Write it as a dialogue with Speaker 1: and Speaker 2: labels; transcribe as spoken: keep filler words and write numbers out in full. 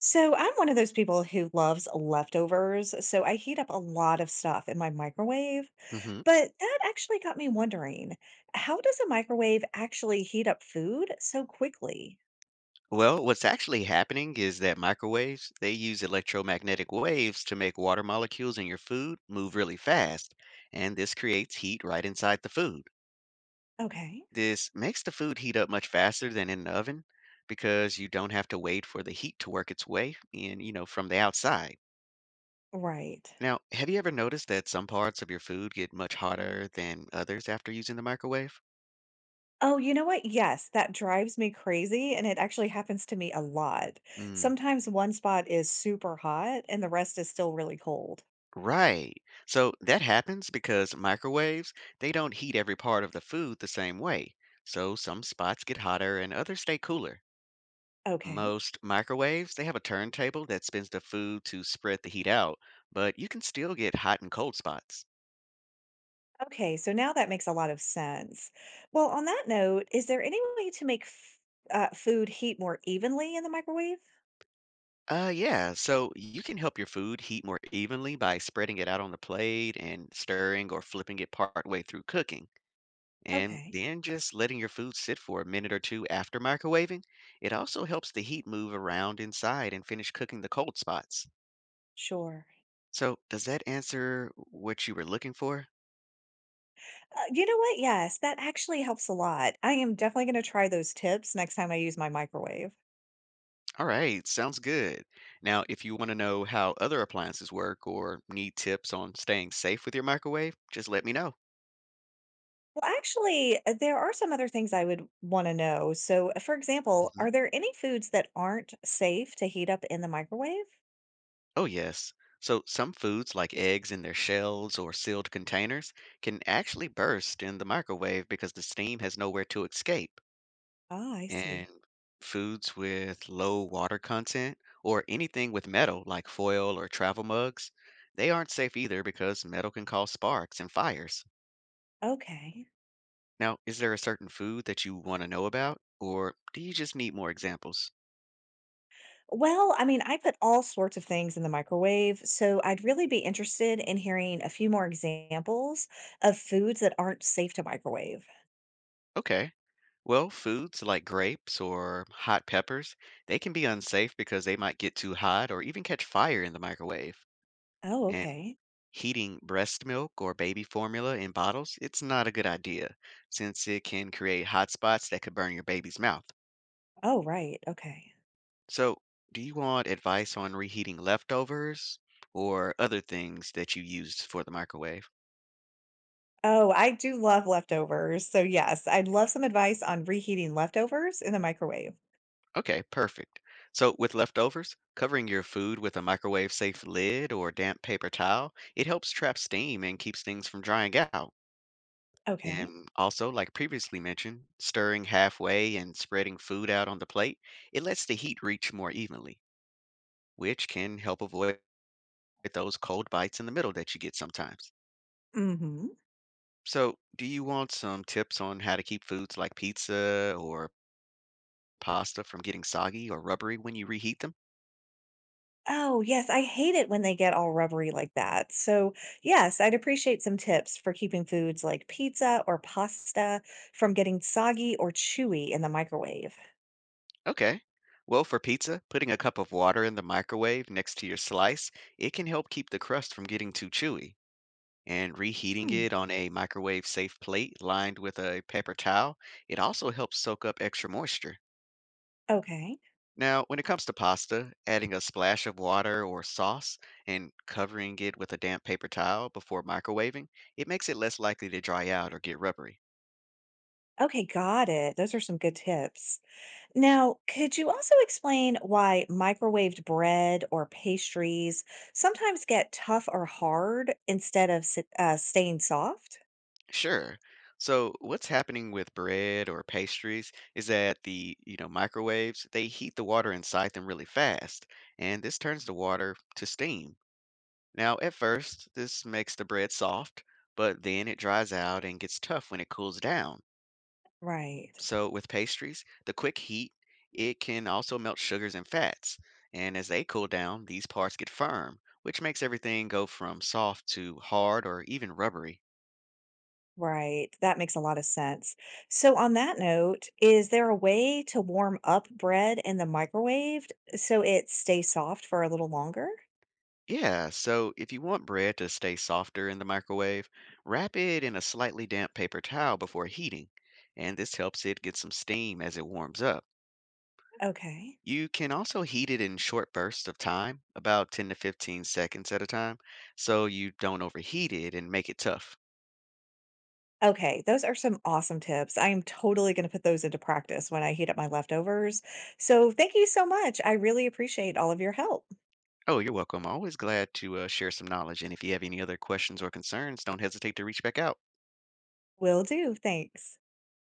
Speaker 1: So I'm one of those people who loves leftovers, so I heat up a lot of stuff in my microwave.
Speaker 2: hmm
Speaker 1: But that actually got me wondering, how does a microwave actually heat up food so quickly?
Speaker 2: Well, what's actually happening is that microwaves, they use electromagnetic waves to make water molecules in your food move really fast, and this creates heat right inside the food.
Speaker 1: Okay.
Speaker 2: This makes the food heat up much faster than in the oven because you don't have to wait for the heat to work its way in, you know, from the outside.
Speaker 1: Right.
Speaker 2: Now, have you ever noticed that some parts of your food get much hotter than others after using the microwave?
Speaker 1: Oh, you know what? Yes, that drives me crazy, and it actually happens to me a lot.
Speaker 2: Mm.
Speaker 1: Sometimes one spot is super hot and the rest is still really cold.
Speaker 2: Right. So that happens because microwaves, they don't heat every part of the food the same way. So some spots get hotter and others stay cooler.
Speaker 1: Okay.
Speaker 2: Most microwaves, they have a turntable that spins the food to spread the heat out, but you can still get hot and cold spots.
Speaker 1: Okay, so now that makes a lot of sense. Well, on that note, is there any way to make f- uh, food heat more evenly in the microwave?
Speaker 2: Uh yeah, so you can help your food heat more evenly by spreading it out on the plate and stirring or flipping it part way through cooking. And
Speaker 1: Okay,
Speaker 2: then just letting your food sit for a minute or two after microwaving, it also helps the heat move around inside and finish cooking the cold spots.
Speaker 1: sure.
Speaker 2: So, does that answer what you were looking for?
Speaker 1: Uh, you know what? Yes, that actually helps a lot. I am definitely going to try those tips next time I use my microwave.
Speaker 2: All right, sounds good. Now, if you want to know how other appliances work or need tips on staying safe with your microwave, just let me know.
Speaker 1: Well, actually, uh, there are some other things I would want to know. So, uh, for example,
Speaker 2: Mhm.
Speaker 1: are there any foods that aren't safe to heat up in the microwave?
Speaker 2: Oh, yes. So, some foods like eggs in their shells or sealed containers can actually burst in the microwave because the steam has nowhere to escape.
Speaker 1: Ah, I
Speaker 2: And
Speaker 1: see.
Speaker 2: foods with low water content or anything with metal like foil or travel mugs, they aren't safe either because metal can cause sparks and fires.
Speaker 1: Okay.
Speaker 2: Now, is there a certain food that you want to know about or do you just need more examples?
Speaker 1: Well, I mean, I put all sorts of things in the microwave, so I'd really be interested in hearing a few more examples of foods that aren't safe to microwave.
Speaker 2: Okay. Well, foods like grapes or hot peppers, they can be unsafe because they might get too hot or even catch fire in the microwave.
Speaker 1: Oh, okay.
Speaker 2: Heating breast milk or baby formula in bottles, it's not a good idea since it can create hot spots that could burn your baby's mouth.
Speaker 1: Oh, right. Okay.
Speaker 2: So, do you want advice on reheating leftovers or other things that you used for the microwave?
Speaker 1: Oh, I do love leftovers. So, yes, I'd love some advice on reheating leftovers in the microwave.
Speaker 2: Okay, perfect. So, with leftovers, covering your food with a microwave safe lid or damp paper towel, it helps trap steam and keeps things from drying out.
Speaker 1: Okay.
Speaker 2: And also, like previously mentioned, stirring halfway and spreading food out on the plate, it lets the heat reach more evenly, which can help avoid those cold bites in the middle that you get sometimes.
Speaker 1: Mm-hmm.
Speaker 2: So, do you want some tips on how to keep foods like pizza or pasta from getting soggy or rubbery when you reheat them?
Speaker 1: Oh, yes, I hate it when they get all rubbery like that. So, yes, I'd appreciate some tips for keeping foods like pizza or pasta from getting soggy or chewy in the microwave.
Speaker 2: Okay. Well, for pizza, putting a cup of water in the microwave next to your slice, it can help keep the crust from getting too chewy. And reheating
Speaker 1: Hmm,
Speaker 2: it on a microwave safe plate lined with a paper towel, it also helps soak up extra moisture.
Speaker 1: okay.
Speaker 2: Now, when it comes to pasta, adding a splash of water or sauce and covering it with a damp paper towel before microwaving, it makes it less likely to dry out or get rubbery.
Speaker 1: Okay, got it. Those are some good tips. Now, could you also explain why microwaved bread or pastries sometimes get tough or hard instead of s- uh, staying soft?
Speaker 2: Sure. So, what's happening with bread or pastries is that the, you know, microwaves, they heat the water inside them really fast, and this turns the water to steam. Now, at first, this makes the bread soft, but then it dries out and gets tough when it cools down.
Speaker 1: Right,
Speaker 2: So, with pastries, the quick heat, it can also melt sugars and fats. And as they cool down, these parts get firm, which makes everything go from soft to hard or even rubbery.
Speaker 1: right. That makes a lot of sense. So, on that note, is there a way to warm up bread in the microwave so it stays soft for a little longer?
Speaker 2: Yeah, so if you want bread to stay softer in the microwave, wrap it in a slightly damp paper towel before heating, and this helps it get some steam as it warms up.
Speaker 1: Okay.
Speaker 2: You can also heat it in short bursts of time, about ten to fifteen seconds at a time, so you don't overheat it and make it tough.
Speaker 1: Okay, those are some awesome tips. I am totally going to put those into practice when I heat up my leftovers. So, thank you so much. I really appreciate all of your help.
Speaker 2: Oh, you're welcome. Always glad to uh, share some knowledge. And if you have any other questions or concerns, don't hesitate to reach back out.
Speaker 1: Will do. Thanks.